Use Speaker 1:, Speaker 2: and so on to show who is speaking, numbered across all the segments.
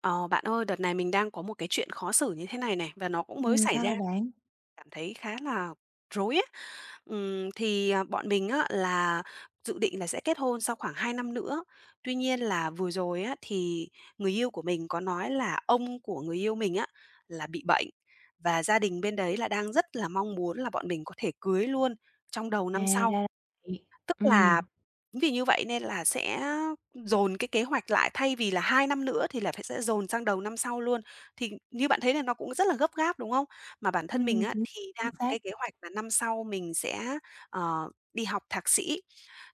Speaker 1: Ờ, bạn ơi, đợt này mình đang có một cái chuyện khó xử như thế này này và nó cũng mới
Speaker 2: Ừm,
Speaker 1: xảy
Speaker 2: sao
Speaker 1: ra,
Speaker 2: vậy bạn?
Speaker 1: cảm thấy khá là rối á. Thì, à, bọn mình á là dự định là sẽ kết hôn sau khoảng 2 năm nữa. Tuy nhiên là vừa rồi á thì người yêu của mình có nói là ông của người yêu mình á là bị bệnh và gia đình bên đấy là đang rất là mong muốn là bọn mình có thể cưới luôn trong đầu
Speaker 2: À,
Speaker 1: năm sau.
Speaker 2: ra là.
Speaker 1: Tức
Speaker 2: Ừm.
Speaker 1: là chính vì như vậy nên là sẽ dồn cái kế hoạch lại, thay vì là 2 năm nữa thì là phải sẽ dồn sang đầu năm sau luôn. Thì như bạn thấy là nó cũng rất là gấp gáp, đúng không? Mà bản thân mình á,
Speaker 2: Chính
Speaker 1: thì đang
Speaker 2: chính
Speaker 1: có
Speaker 2: xác.
Speaker 1: cái kế hoạch là năm sau mình sẽ, đi học thạc sĩ.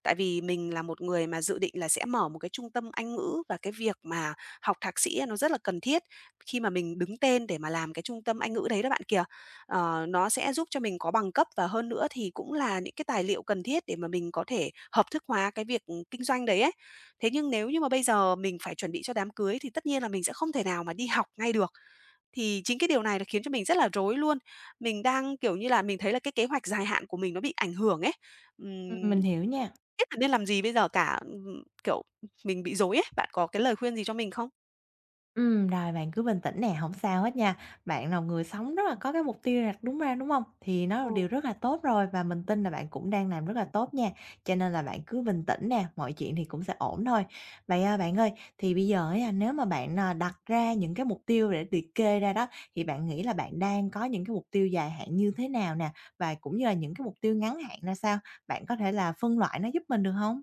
Speaker 1: Tại vì mình là một người mà dự định là sẽ mở một cái trung tâm Anh ngữ và cái việc mà học thạc sĩ á, nó rất là cần thiết khi mà mình đứng tên để mà làm cái trung tâm Anh ngữ đấy đó bạn kìa. Ờ, nó sẽ giúp cho mình có bằng cấp và hơn nữa thì cũng là những cái tài liệu cần thiết để mà mình có thể hợp thức hóa cái việc, ừ, kinh doanh đấy ấy. Thế nhưng nếu như mà bây giờ mình phải chuẩn bị cho đám cưới thì tất nhiên là mình sẽ không thể nào mà đi học ngay được. Thì chính cái điều này nó khiến cho mình rất là rối luôn. Mình đang, kiểu như là, mình thấy là cái kế hoạch dài hạn của mình nó bị ảnh hưởng ấy.
Speaker 2: Ừm,
Speaker 1: Ừm,
Speaker 2: mình hiểu nha.
Speaker 1: biết là nên làm gì bây giờ cả, kiểu, mình bị rối ấy. Bạn có cái lời khuyên gì cho mình không?
Speaker 2: Rồi bạn cứ bình tĩnh nè, không sao hết nha. Bạn là người sống rất là có cái mục tiêu đặt đúng ra, đúng không? Thì nó là
Speaker 1: Ừ.
Speaker 2: điều rất là tốt rồi và mình tin là bạn cũng đang làm rất là tốt nha, cho nên là bạn cứ bình tĩnh nè, mọi chuyện thì cũng sẽ ổn thôi. Vậy, à, bạn ơi, thì bây giờ á, nếu mà bạn, đặt ra những cái mục tiêu để liệt kê ra đó, thì bạn nghĩ là bạn đang có những cái mục tiêu dài hạn như thế nào nè? Và cũng như là những cái mục tiêu ngắn hạn ra sao? Bạn có thể là phân loại nó giúp mình được không?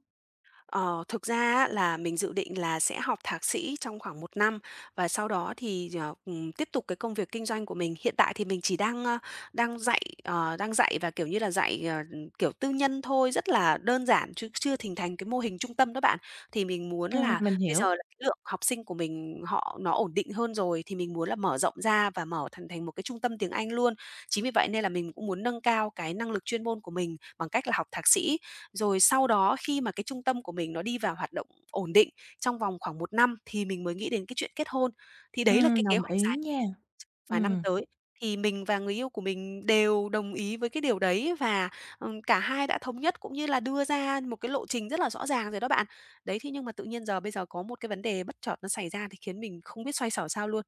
Speaker 1: Ờ, thực ra á là mình dự định là sẽ học thạc sĩ trong khoảng 1 năm và sau đó thì, tiếp tục cái công việc kinh doanh của mình. Hiện tại thì mình chỉ đang, ơ, đang dạy, ờ, đang dạy và, kiểu như là, dạy, kiểu, tư nhân thôi, rất là đơn giản chứ chưa hình thành cái mô hình trung tâm đó bạn. Thì mình muốn là
Speaker 2: Mình
Speaker 1: bây giờ
Speaker 2: hiểu.
Speaker 1: là cái lượng học sinh của mình họ nó ổn định hơn rồi thì mình muốn là mở rộng ra và mở thành thành một cái trung tâm tiếng Anh luôn. Chính vì vậy nên là mình cũng muốn nâng cao cái năng lực chuyên môn của mình bằng cách là học thạc sĩ. Rồi sau đó khi mà cái trung tâm của mình nó đi vào hoạt động ổn định trong vòng khoảng 1 năm thì mình mới nghĩ đến cái chuyện kết hôn. Thì đấy là cái kế
Speaker 2: Đồng
Speaker 1: hoạch
Speaker 2: ý
Speaker 1: dài
Speaker 2: nha.
Speaker 1: vài năm
Speaker 2: Ừm.
Speaker 1: tới, thì mình và người yêu của mình đều đồng ý với cái điều đấy và, cả hai đã thống nhất cũng như là đưa ra một cái lộ trình rất là rõ ràng rồi đó bạn. Đấy, thế nhưng mà tự nhiên bây giờ có một cái vấn đề bất chợt nó xảy ra thì khiến mình không biết xoay sở sao luôn.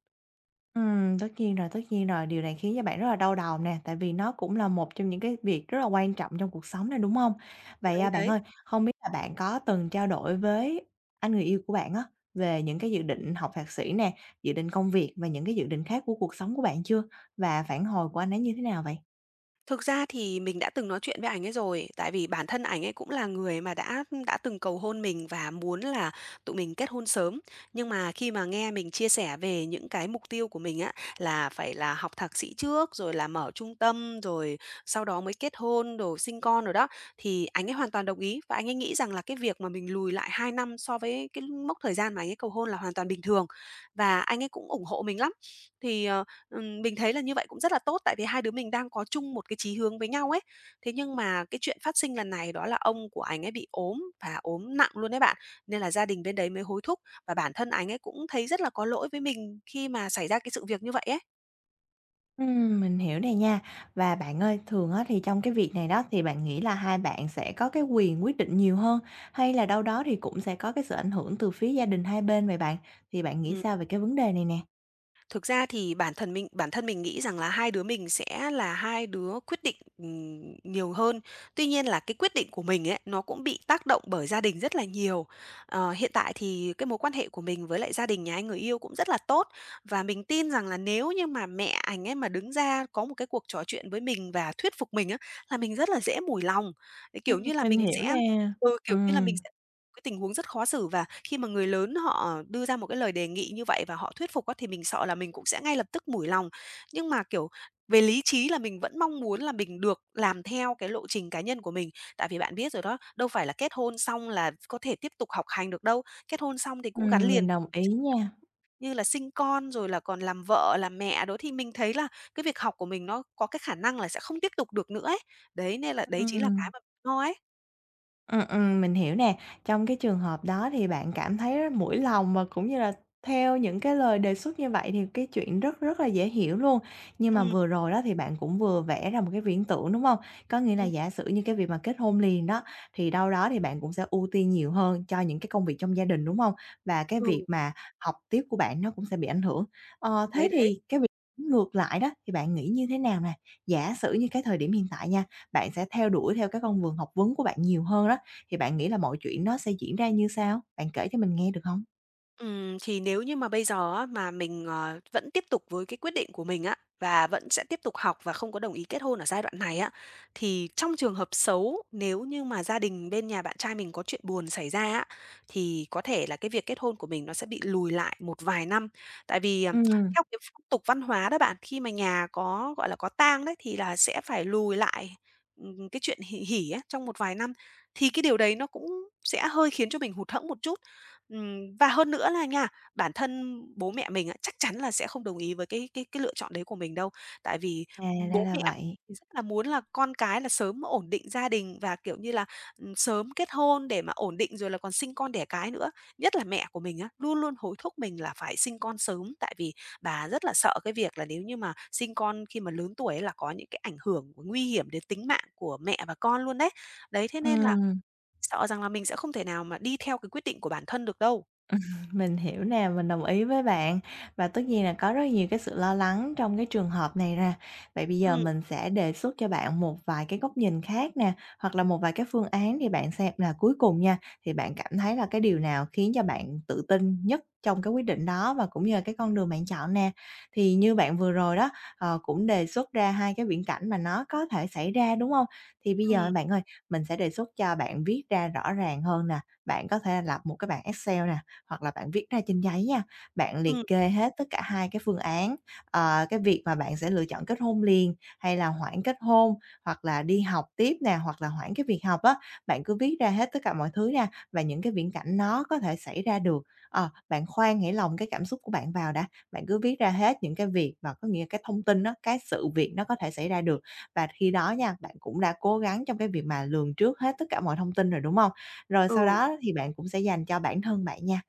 Speaker 2: Tất nhiên rồi, tất nhiên rồi, điều này khiến cho bạn rất là đau đầu nè, tại vì nó cũng là một trong những cái việc rất là quan trọng trong cuộc sống này, đúng không? Vậy,
Speaker 1: Đấy,
Speaker 2: à, bạn
Speaker 1: đấy.
Speaker 2: ơi, không biết là bạn có từng trao đổi với anh người yêu của bạn á, về những cái dự định học thạc sĩ nè, dự định công việc và những cái dự định khác của cuộc sống của bạn chưa? Và phản hồi của anh ấy như thế nào vậy?
Speaker 1: Thực ra thì mình đã từng nói chuyện với ảnh ấy rồi, tại vì bản thân ảnh ấy cũng là người mà đã từng cầu hôn mình và muốn là tụi mình kết hôn sớm. Nhưng mà khi mà nghe mình chia sẻ về những cái mục tiêu của mình á, là phải là học thạc sĩ trước, rồi là mở trung tâm, rồi sau đó mới kết hôn, rồi sinh con rồi đó, thì ảnh ấy hoàn toàn đồng ý và anh ấy nghĩ rằng là cái việc mà mình lùi lại 2 năm so với cái mốc thời gian mà anh ấy cầu hôn là hoàn toàn bình thường và anh ấy cũng ủng hộ mình lắm. Thì, ờ mình thấy là như vậy cũng rất là tốt, tại vì hai đứa mình đang có chung một cái chí hướng với nhau ấy. Thế nhưng mà cái chuyện phát sinh lần này đó là ông của anh ấy bị ốm và ốm nặng luôn đấy bạn, nên là gia đình bên đấy mới hối thúc và bản thân anh ấy cũng thấy rất là có lỗi với mình khi mà xảy ra cái sự việc như vậy ấy.
Speaker 2: Mình hiểu này nha. Và bạn ơi, thường á thì trong cái việc này đó thì bạn nghĩ là hai bạn sẽ có cái quyền quyết định nhiều hơn, hay là đâu đó thì cũng sẽ có cái sự ảnh hưởng từ phía gia đình hai bên vậy bạn? Thì bạn nghĩ
Speaker 1: Ừm.
Speaker 2: sao về cái vấn đề này nè?
Speaker 1: Thực ra thì bản thân mình nghĩ rằng là hai đứa mình sẽ là hai đứa quyết định, nhiều hơn. Tuy nhiên là cái quyết định của mình ấy, nó cũng bị tác động bởi gia đình rất là nhiều. Ờ, hiện tại thì cái mối quan hệ của mình với lại gia đình nhà anh người yêu cũng rất là tốt, và mình tin rằng là nếu như mà mẹ anh ấy mà đứng ra có một cái cuộc trò chuyện với mình và thuyết phục mình á, là mình rất là dễ mùi lòng. Kiểu như là,
Speaker 2: Mình
Speaker 1: mình
Speaker 2: hiểu
Speaker 1: sẽ
Speaker 2: nè.
Speaker 1: ừ, kiểu như là, mình
Speaker 2: Ừm,
Speaker 1: sẽ cái tình huống rất khó xử, và khi mà người lớn họ đưa ra một cái lời đề nghị như vậy và họ thuyết phục á, thì mình sợ là mình cũng sẽ ngay lập tức mủi lòng. Nhưng mà, kiểu, về lý trí là mình vẫn mong muốn là mình được làm theo cái lộ trình cá nhân của mình. Tại vì bạn biết rồi đó, đâu phải là kết hôn xong là có thể tiếp tục học hành được đâu. Kết hôn xong thì cũng gắn
Speaker 2: mình
Speaker 1: liền
Speaker 2: đồng ý nha.
Speaker 1: như là sinh con rồi là còn làm vợ, làm mẹ đó, thì mình thấy là cái việc học của mình nó có cái khả năng là sẽ không tiếp tục được nữa ấy. Đấy, nên là đấy chính là cái
Speaker 2: Ừm.
Speaker 1: mà mình lo ấy.
Speaker 2: Mình hiểu nè. Trong cái trường hợp đó thì bạn cảm thấy rất mũi lòng và cũng như là theo những cái lời đề xuất như vậy thì cái chuyện rất rất là dễ hiểu luôn. Nhưng mà
Speaker 1: Ừm,
Speaker 2: vừa rồi đó thì bạn cũng vừa vẽ ra một cái viễn tưởng, đúng không? Có nghĩa là
Speaker 1: ừm,
Speaker 2: giả sử như cái việc mà kết hôn liền đó, thì đâu đó thì bạn cũng sẽ ưu tiên nhiều hơn cho những cái công việc trong gia đình, đúng không? Và cái việc
Speaker 1: ừ,
Speaker 2: mà học tiếp của bạn nó cũng sẽ bị ảnh hưởng. Thế
Speaker 1: đấy, đấy.
Speaker 2: thì cái việc ngược lại đó thì bạn nghĩ như thế nào nè? Giả sử như cái thời điểm hiện tại nha, bạn sẽ theo đuổi theo cái con đường học vấn của bạn nhiều hơn đó, thì bạn nghĩ là mọi chuyện nó sẽ diễn ra như sao? Bạn kể cho mình nghe được không?
Speaker 1: Thì nếu như mà bây giờ á, mà mình, vẫn tiếp tục với cái quyết định của mình á, và vẫn sẽ tiếp tục học và không có đồng ý kết hôn ở giai đoạn này á, thì trong trường hợp xấu, nếu như mà gia đình bên nhà bạn trai mình có chuyện buồn xảy ra á, thì có thể là cái việc kết hôn của mình nó sẽ bị lùi lại một vài năm. Tại vì,
Speaker 2: Ừm.
Speaker 1: theo cái phong tục văn hóa đó bạn, khi mà nhà có, gọi là, có tang đấy, thì là sẽ phải lùi lại, cái chuyện hỉ hỉ á, trong một vài năm. Thì cái điều đấy nó cũng sẽ hơi khiến cho mình hụt hẫng một chút. Và hơn nữa là nha, bản thân bố mẹ mình á, chắc chắn là sẽ không đồng ý với cái lựa chọn đấy của mình đâu. Tại vì
Speaker 2: À, ra
Speaker 1: bố
Speaker 2: là
Speaker 1: mẹ
Speaker 2: vậy.
Speaker 1: thì rất là muốn là con cái là sớm ổn định gia đình và, kiểu như là, sớm kết hôn để mà ổn định rồi là còn sinh con đẻ cái nữa. Nhất là mẹ của mình á, luôn luôn hối thúc mình là phải sinh con sớm, tại vì bà rất là sợ cái việc là nếu như mà sinh con khi mà lớn tuổi ấy là có những cái ảnh hưởng nguy hiểm đến tính mạng của mẹ và con luôn đấy. Đấy, thế nên là
Speaker 2: Ừm.
Speaker 1: sợ rằng là mình sẽ không thể nào mà đi theo cái quyết định của bản thân được đâu.
Speaker 2: Mình hiểu nè, mình đồng ý với bạn và tất nhiên là có rất nhiều cái sự lo lắng trong cái trường hợp này ra. Vậy bây giờ
Speaker 1: Ừm,
Speaker 2: mình sẽ đề xuất cho bạn một vài cái góc nhìn khác nè, hoặc là một vài cái phương án thì bạn xem là cuối cùng nha, thì bạn cảm thấy là cái điều nào khiến cho bạn tự tin nhất trong cái quyết định đó và cũng như là cái con đường bạn chọn nè. Thì như bạn vừa rồi đó, cũng đề xuất ra hai cái viễn cảnh mà nó có thể xảy ra, đúng không? Thì bây giờ
Speaker 1: ừm,
Speaker 2: bạn ơi, mình sẽ đề xuất cho bạn viết ra rõ ràng hơn nè, bạn có thể lập một cái bảng Excel nè, hoặc là bạn viết ra trên giấy nha, bạn
Speaker 1: ừm,
Speaker 2: liệt kê hết tất cả hai cái phương án, cái việc mà bạn sẽ lựa chọn kết hôn liền hay là hoãn kết hôn, hoặc là đi học tiếp nè, hoặc là hoãn cái việc học á. Bạn cứ viết ra hết tất cả mọi thứ nha và những cái viễn cảnh nó có thể xảy ra được. Bạn khoan nghĩ lòng cái cảm xúc của bạn vào đã, bạn cứ viết ra hết những cái việc mà có nghĩa cái thông tin đó, cái sự việc nó có thể xảy ra được. Và khi đó nha, bạn cũng đã cố gắng trong cái việc mà lường trước hết tất cả mọi thông tin rồi, đúng không? Rồi sau
Speaker 1: ừ,
Speaker 2: đó thì bạn cũng sẽ dành cho bản thân bạn nha.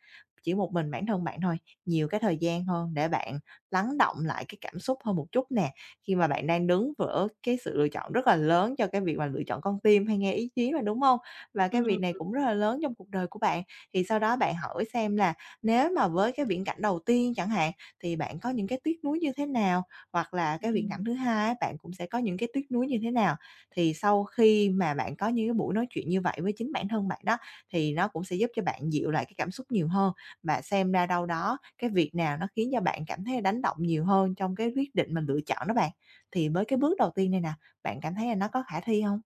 Speaker 2: Chỉ một mình bản thân bạn thôi, nhiều cái thời gian hơn để bạn lắng động lại cái cảm xúc hơn một chút nè. Khi mà bạn đang đứng giữa cái sự lựa chọn rất là lớn cho cái việc mà lựa chọn con tim hay nghe ý chí mà, đúng không? Và cái
Speaker 1: ừm,
Speaker 2: việc này cũng rất là lớn trong cuộc đời của bạn, thì sau đó bạn hỏi xem là nếu mà với cái viễn cảnh đầu tiên chẳng hạn, thì bạn có những cái tiếc nuối như thế nào? Hoặc là cái viễn
Speaker 1: ừm.
Speaker 2: cảnh thứ hai á, bạn cũng sẽ có những cái tiếc nuối như thế nào? Thì sau khi mà bạn có những cái buổi nói chuyện như vậy với chính bản thân bạn đó, thì nó cũng sẽ giúp cho bạn dịu lại cái cảm xúc nhiều hơn. Và xem ra đâu đó cái việc nào nó khiến cho bạn cảm thấy đánh động nhiều hơn trong cái quyết định mình lựa chọn đó bạn. Thì với cái bước đầu tiên này nè, bạn cảm thấy là nó có khả thi không?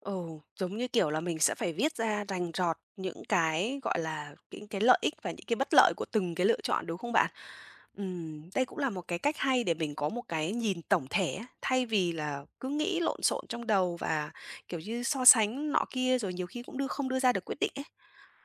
Speaker 1: Ừ, giống như, kiểu là, mình sẽ phải viết ra rành rọt những cái, gọi là, những cái lợi ích và những cái bất lợi của từng cái lựa chọn, đúng không bạn? Đây cũng là một cái cách hay để mình có một cái nhìn tổng thể á, thay vì là cứ nghĩ lộn xộn trong đầu và, kiểu như, so sánh nọ kia rồi nhiều khi cũng không đưa ra được quyết định ấy.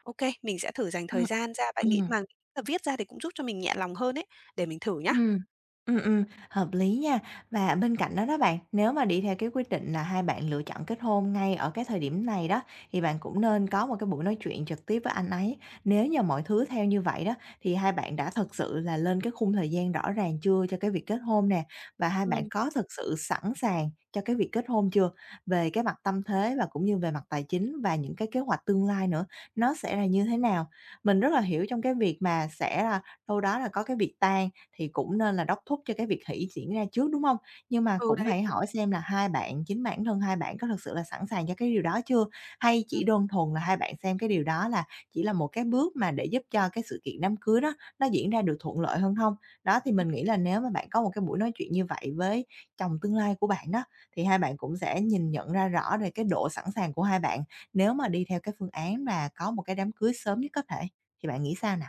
Speaker 1: Ô kê, mình sẽ thử dành
Speaker 2: Ừm,
Speaker 1: thời gian ra, bạn nghĩ
Speaker 2: ừm.
Speaker 1: mà là viết ra thì cũng giúp cho mình nhẹ lòng hơn ấy, để mình thử nhá.
Speaker 2: Ừm, ừm, ừm, hợp lý nha. Và bên cạnh đó đó bạn, nếu mà đi theo cái quyết định là hai bạn lựa chọn kết hôn ngay ở cái thời điểm này đó, thì bạn cũng nên có một cái buổi nói chuyện trực tiếp với anh ấy. Nếu như mọi thứ theo như vậy đó, thì hai bạn đã thật sự là lên cái khung thời gian rõ ràng chưa cho cái việc kết hôn nè? Và hai bạn
Speaker 1: Ừm,
Speaker 2: có thực sự sẵn sàng cho cái việc kết hôn chưa? Về cái mặt tâm thế và cũng như về mặt tài chính và những cái kế hoạch tương lai nữa, nó sẽ là như thế nào? Mình rất là hiểu trong cái việc mà sẽ là đâu đó là có cái việc tan thì cũng nên là đốc thúc cho cái việc hỷ diễn ra trước, đúng hông? Nhưng mà
Speaker 1: ừ,
Speaker 2: cũng
Speaker 1: đấy,
Speaker 2: hãy
Speaker 1: ừm.
Speaker 2: hỏi xem là hai bạn, chính bản thân hai bạn có thực sự là sẵn sàng cho cái điều đó chưa? Hay chỉ đơn thuần là hai bạn xem cái điều đó là chỉ là một cái bước mà để giúp cho cái sự kiện đám cưới đó nó diễn ra được thuận lợi hơn hông? Đó, thì mình nghĩ là nếu mà bạn có một cái buổi nói chuyện như vậy với chồng tương lai của bạn đó, thì hai bạn cũng sẽ nhìn nhận ra rõ về cái độ sẵn sàng của hai bạn nếu mà đi theo cái phương án là có một cái đám cưới sớm nhất có thể. Thì bạn nghĩ sao nè?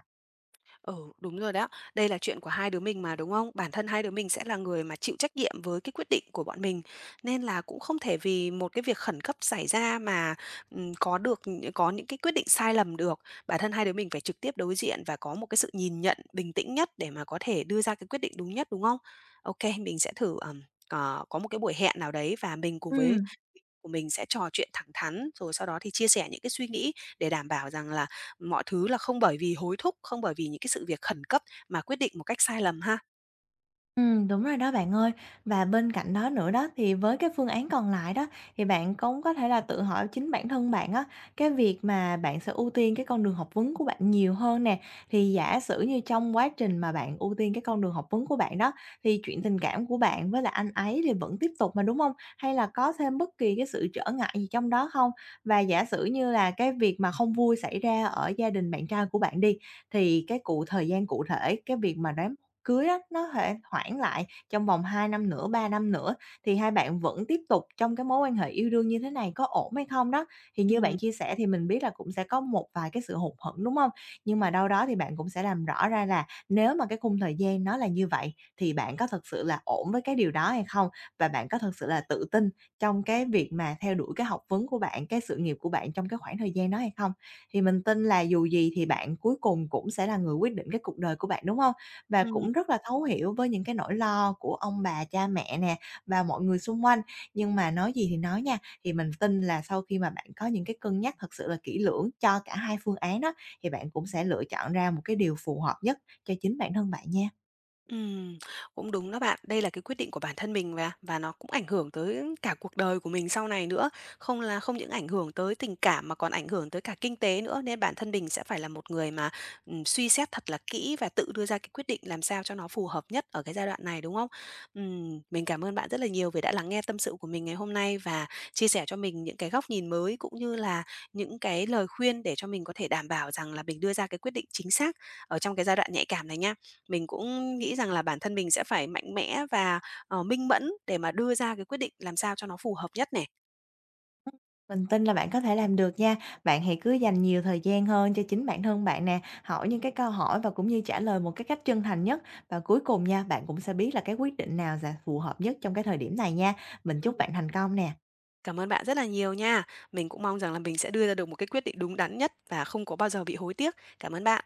Speaker 1: Ừ, đúng rồi đó. Đây là chuyện của hai đứa mình mà, đúng không? Bản thân hai đứa mình sẽ là người mà chịu trách nhiệm với cái quyết định của bọn mình, nên là cũng không thể vì một cái việc khẩn cấp xảy ra mà, có được nh có những cái quyết định sai lầm được. Bản thân hai đứa mình phải trực tiếp đối diện và có một cái sự nhìn nhận bình tĩnh nhất để mà có thể đưa ra cái quyết định đúng nhất, đúng không? OK, mình sẽ thử, có một cái buổi hẹn nào đấy và mình cùng với
Speaker 2: Ừm.
Speaker 1: của mình sẽ trò chuyện thẳng thắn, rồi sau đó thì chia sẻ những cái suy nghĩ để đảm bảo rằng là mọi thứ là không bởi vì hối thúc, không bởi vì những cái sự việc khẩn cấp mà quyết định một cách sai lầm ha.
Speaker 2: Đúng rồi đó bạn ơi. Và bên cạnh đó nữa đó, thì với cái phương án còn lại đó, thì bạn cũng có thể là tự hỏi chính bản thân bạn á, cái việc mà bạn sẽ ưu tiên cái con đường học vấn của bạn nhiều hơn nè. Thì giả sử như trong quá trình mà bạn ưu tiên cái con đường học vấn của bạn đó, thì chuyện tình cảm của bạn với lại anh ấy thì vẫn tiếp tục mà, đúng không? Hay là có thêm bất kỳ cái sự trở ngại gì trong đó không? Và giả sử như là cái việc mà không vui xảy ra ở gia đình bạn trai của bạn đi, thì cái cụ thời gian cụ thể, cái việc mà đám cưới á, nó thể hoãn lại trong vòng 2 năm nữa, 3 năm nữa, thì hai bạn vẫn tiếp tục trong cái mối quan hệ yêu đương như thế này có ổn hay không đó? Thì như bạn
Speaker 1: Ừm,
Speaker 2: chia sẻ thì mình biết là cũng sẽ có một vài cái sự hụt hẫng, đúng không? Nhưng mà đâu đó thì bạn cũng sẽ làm rõ ra là nếu mà cái khung thời gian nó là như vậy thì bạn có thực sự là ổn với cái điều đó hay không? Và bạn có thực sự là tự tin trong cái việc mà theo đuổi cái học vấn của bạn, cái sự nghiệp của bạn trong cái khoảng thời gian đó hay không? Thì mình tin là dù gì thì bạn cuối cùng cũng sẽ là người quyết định cái cuộc đời của bạn, đúng không, và
Speaker 1: ừm.
Speaker 2: cũng rất là thấu hiểu với những cái nỗi lo của ông bà, cha mẹ nè và mọi người xung quanh. Nhưng mà nói gì thì nói nha, thì mình tin là sau khi mà bạn có những cái cân nhắc thật sự là kỹ lưỡng cho cả hai phương án đó, thì bạn cũng sẽ lựa chọn ra một cái điều phù hợp nhất cho chính bản thân bạn nha.
Speaker 1: Ừm, cũng đúng đó bạn. Đây là cái quyết định của bản thân mình và nó cũng ảnh hưởng tới cả cuộc đời của mình sau này nữa. Không những ảnh hưởng tới tình cảm mà còn ảnh hưởng tới cả kinh tế nữa, nên bản thân mình sẽ phải là một người mà, suy xét thật là kỹ và tự đưa ra cái quyết định làm sao cho nó phù hợp nhất ở cái giai đoạn này, đúng không? Mình cảm ơn bạn rất là nhiều vì đã lắng nghe tâm sự của mình ngày hôm nay và chia sẻ cho mình những cái góc nhìn mới, cũng như là những cái lời khuyên để cho mình có thể đảm bảo rằng là mình đưa ra cái quyết định chính xác ở trong cái giai đoạn nhạy cảm này nha. Mình cũng nghĩ rằng là bản thân mình sẽ phải mạnh mẽ và, minh mẫn để mà đưa ra cái quyết định làm sao cho nó phù hợp nhất này.
Speaker 2: Mình tin là bạn có thể làm được nha. Bạn hãy cứ dành nhiều thời gian hơn cho chính bản thân bạn nè, hỏi những cái câu hỏi và cũng như trả lời một cái cách chân thành nhất. Và cuối cùng nha, bạn cũng sẽ biết là cái quyết định nào là phù hợp nhất trong cái thời điểm này nha. Mình
Speaker 1: Ừm.
Speaker 2: chúc bạn thành công nè.
Speaker 1: Cảm ơn bạn rất là nhiều nha. Mình cũng mong rằng là mình sẽ đưa ra được một cái quyết định đúng đắn nhất và không có bao giờ bị hối tiếc. Cảm ơn bạn.